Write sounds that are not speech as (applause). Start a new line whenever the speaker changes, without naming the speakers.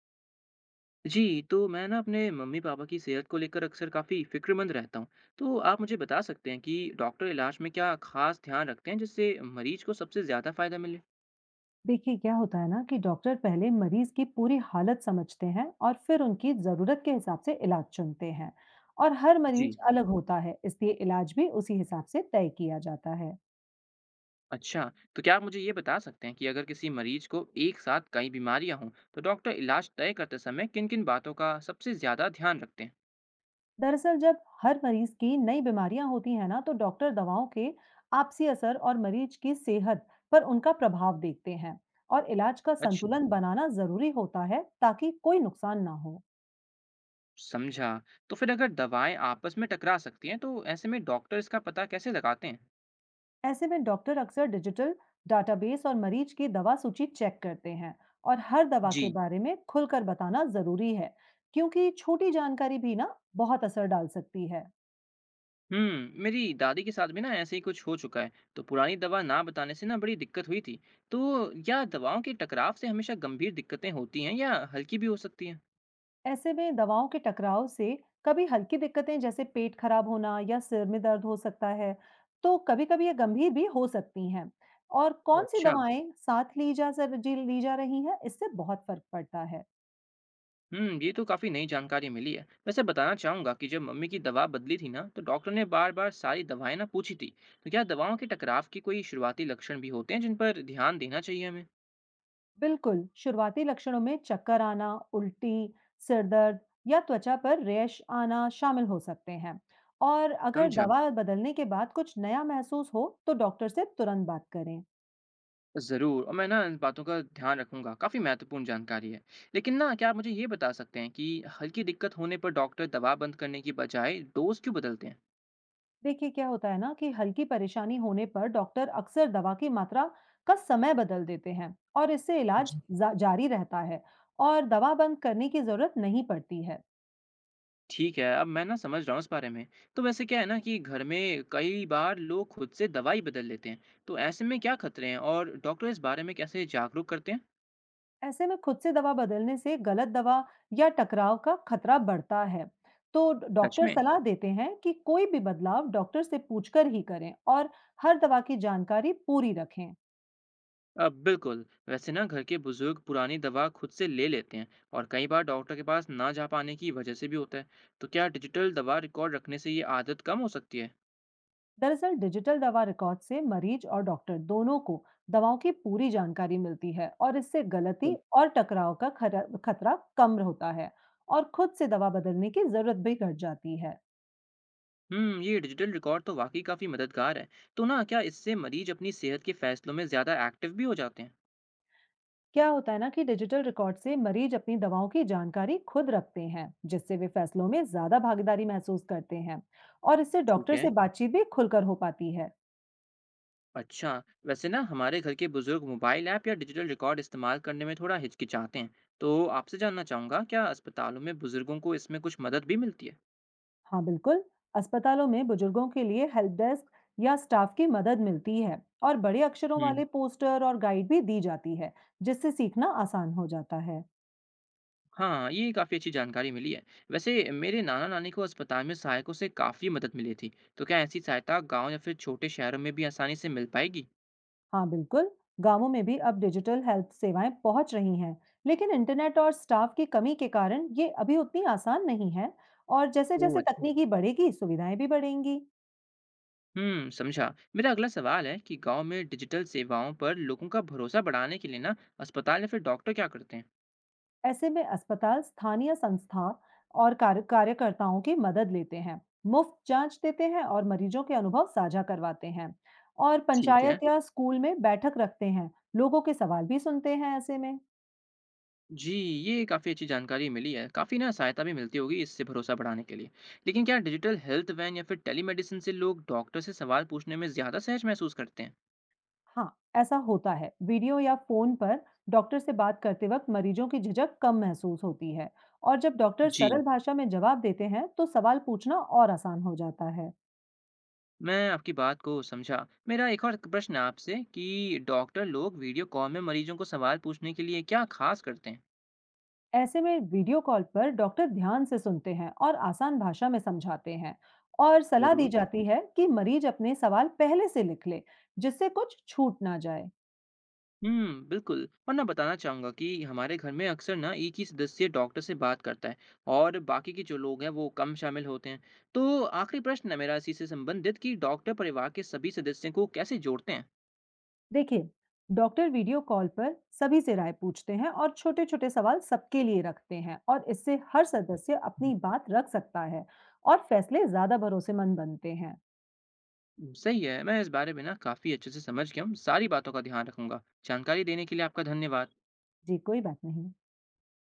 जी, तो मैं ना अपने मम्मी-पापा की सेहत को लेकर अक्सर काफ़ी फ़िक्रमंद रहता हूँ। तो आप मुझे बता सकते हैं कि डॉक्टर इलाज में क्या खास ध्यान रखते हैं जिससे मरीज़ को सबसे ज़्यादा फ़ायदा मिले?
देखिए क्या होता है ना कि डॉक्टर पहले मरीज की पूरी हालत समझते हैं और फिर उनकी ज़रूरत के हिसाब से इलाज चुनते हैं। और हर
जी,
मरीज अलग होता है, इसलिए इलाज भी उसी हिसाब से तय किया जाता है।
अच्छा। तो क्या आप मुझे ये बता सकते हैं कि अगर किसी मरीज़ को एक साथ कई बीमारियाँ हों, तो डॉक्टर इलाज तय करते समय किन-किन बातों का सबसे ज़्यादा ध्यान रखते हैं?
दरअसल जब हर मरीज की नई बीमारियां होती हैं ना, तो डॉक्टर दवाओं के आपसी असर और मरीज की सेहत पर उनका प्रभाव देखते हैं। और इलाज का
अच्छा,
संतुलन बनाना ज़रूरी होता है ताकि कोई नुकसान ना हो।
समझा। तो फिर अगर दवाएँ आपस में टकरा सकती हैं, तो ऐसे में डॉक्टर इसका पता कैसे लगाते हैं?
ऐसे में डॉक्टर अक्सर डिजिटल डाटाबेस और मरीज की दवा सूची चेक करते हैं। और हर दवा के
जी।
बारे में खुलकर बताना जरूरी है, क्योंकि छोटी जानकारी भी ना बहुत असर डाल सकती है।
हम्म, मेरी दादी के साथ भी ना ऐसे ही कुछ हो चुका है। तो पुरानी दवा ना बताने से ना बड़ी दिक्कत हुई थी। तो या दवाओं के टकराव से हमेशा गंभीर दिक्कतें होती हैं या हल्की भी हो सकती हैं?
ऐसे में दवाओं के टकराव से कभी हल्की दिक्कतें जैसे पेट खराब होना या सिर में दर्द हो सकता है। तो कभी कभी ये गंभीर भी हो सकती हैं। और
ओ,
कौन सी
अच्छा।
दवाएं साथ ली जा रही हैं, इससे बहुत फर्क पड़ता है।
हम्म, ये तो काफी नई जानकारी मिली है। वैसे बताना चाहूंगा कि जब मम्मी की दवा बदली थी ना तो डॉक्टर ने बार बार सारी दवाएं ना पूछी थी। तो क्या दवाओं के टकराव के कोई शुरुआती लक्षण भी होते हैं जिन पर ध्यान देना चाहिए हमें?
बिल्कुल, शुरुआती लक्षणों में चक्कर आना, उल्टी, सिर दर्द या त्वचा पर रैश आना शामिल हो सकते हैं। और अगर
समझा।
दवा बदलने के बाद कुछ नया महसूस हो, तो डॉक्टर से तुरंत बात करें।
ज़रूर, और मैं ना इन बातों का ध्यान रखूंगा। काफ़ी महत्वपूर्ण जानकारी है। लेकिन ना क्या आप मुझे ये बता सकते हैं कि हल्की दिक्कत होने पर डॉक्टर दवा बंद करने की बजाय डोज क्यों बदलते हैं?
देखिए क्या होता है ना कि हल्की परेशानी होने पर डॉक्टर अक्सर दवा की मात्रा का समय बदल देते हैं और इससे इलाज
जी।
जारी रहता है। और दवा बंद करने की जरूरत नहीं पड़ती है।
ठीक है, अब मैं ना समझ रहा हूँ इस बारे में। तो वैसे क्या है ना कि घर में कई बार लोग खुद से दवाई बदल लेते हैं। तो ऐसे में क्या खतरे हैं और डॉक्टर इस बारे में कैसे जागरूक करते हैं?
ऐसे में खुद से दवा बदलने से गलत दवा या टकराव का खतरा बढ़ता है। तो
सच
डॉक्टर
में।
सलाह देते हैं कि कोई भी बदलाव डॉक्टर से पूछकर ही करें और हर दवा की जानकारी पूरी रखें।
अब बिल्कुल, वैसे ना घर के बुजुर्ग पुरानी दवा खुद से ले लेते हैं। और कई बार डॉक्टर के पास ना जा पाने की वजह से भी होता है। तो क्या डिजिटल दवा रिकॉर्ड रखने से ये आदत कम हो सकती है?
दरअसल डिजिटल दवा रिकॉर्ड से मरीज और डॉक्टर दोनों को दवाओं की पूरी जानकारी मिलती है और इससे गलती और टकराव का खतरा कम होता है। और खुद से दवा बदलने की जरूरत भी घट जाती है।
हम्म, ये डिजिटल रिकॉर्ड तो वाकई काफी मददगार है। तो ना क्या इससे मरीज अपनी सेहत के फैसलों में ज्यादा एक्टिव भी हो जाते हैं?
क्या होता है ना कि डिजिटल रिकॉर्ड से मरीज अपनी दवाओं की जानकारी खुद रखते हैं, जिससे वे फैसलों में ज्यादा भागीदारी महसूस करते हैं। और इससे
ठीक
डॉक्टर से
है।
बातचीत भी खुलकर हो पाती है।
अच्छा। वैसे ना हमारे घर के बुजुर्ग मोबाइल ऐप या डिजिटल रिकॉर्ड इस्तेमाल करने में थोड़ा हिचकिचाते हैं। तो आपसे जानना चाहूंगा, क्या अस्पतालों में बुजुर्गों को इसमें कुछ मदद भी मिलती
हाँ बिल्कुल, अस्पतालों में बुजुर्गों के लिए हेल्प डेस्क या स्टाफ की मदद मिलती है और बड़े अक्षरों
है?
वाले पोस्टर और गाइड भी दी जाती है, जिससे सीखना आसान हो जाता है।
हाँ, ये काफ़ी अच्छी जानकारी मिली है। वैसे मेरे नाना-नानी को अस्पताल में सहायकों से काफ़ी मदद मिली थी। तो क्या ऐसी सहायता गाँव या फिर छोटे शहरों में भी आसानी से मिल पाएगी?
हाँ बिल्कुल, गांवों में भी अब डिजिटल हेल्थ सेवाएं पहुंच रही हैं। लेकिन इंटरनेट और स्टाफ की कमी के कारण ये अभी उतनी आसान नहीं है। और जैसे
ओह,
जैसे
अच्छा।
तकनीकी बढ़ेगी, सुविधाएं भी बढ़ेंगी।
हुँ, समझा। मेरा अगला सवाल है कि गाँव में डिजिटल सेवाओं पर लोगों का भरोसा बढ़ाने के लिए ना अस्पताल या फिर डॉक्टर क्या करते हैं?
ऐसे में अस्पताल स्थानीय संस्था और कार्यकर्ताओं की मदद लेते हैं, मुफ्त जांच देते हैं और मरीजों के अनुभव साझा करवाते हैं। और
ठीक है।
पंचायत या स्कूल में बैठक रखते हैं, लोगों के सवाल भी सुनते हैं ऐसे में।
जी, ये काफ़ी अच्छी जानकारी मिली है। काफ़ी ना सहायता भी मिलती होगी इससे भरोसा बढ़ाने के लिए। लेकिन क्या डिजिटल हेल्थ वैन या फिर टेलीमेडिसिन से लोग डॉक्टर से सवाल पूछने में ज़्यादा सहज महसूस करते हैं?
हाँ, ऐसा होता है। वीडियो या फ़ोन पर डॉक्टर से बात करते वक़्त मरीजों की झिझक कम महसूस होती है। और जब डॉक्टर
जी।
सरल भाषा में जवाब देते हैं, तो सवाल पूछना और आसान हो जाता है।
मैं आपकी बात को समझा। मेरा एक और प्रश्न है आपसे कि डॉक्टर लोग वीडियो कॉल में मरीजों को सवाल पूछने के लिए क्या खास करते हैं?
ऐसे में वीडियो कॉल पर डॉक्टर ध्यान से सुनते हैं और आसान भाषा में समझाते हैं। और सलाह दी
जरूर।
जाती है कि मरीज अपने सवाल पहले से लिख ले, जिससे कुछ छूट ना जाए।
बिल्कुल। और ना बताना चाहूँगा कि हमारे घर में अक्सर ना एक ही सदस्य डॉक्टर से बात करता है और बाकी के जो लोग हैं वो कम शामिल होते हैं। तो आखिरी प्रश्न है मेरा इसी से संबंधित कि डॉक्टर परिवार के सभी सदस्यों को कैसे जोड़ते हैं?
देखिए, डॉक्टर वीडियो कॉल पर सभी से राय पूछते हैं और छोटे छोटे सवाल सबके लिए रखते हैं और इससे हर सदस्य अपनी
(laughs)
बात रख सकता है। और फैसले ज्यादा भरोसेमंद बनते हैं।
सही है, मैं इस बारे में ना काफ़ी अच्छे से समझ गया हूँ। सारी बातों का ध्यान रखूंगा। जानकारी देने के लिए आपका धन्यवाद।
जी कोई बात नहीं।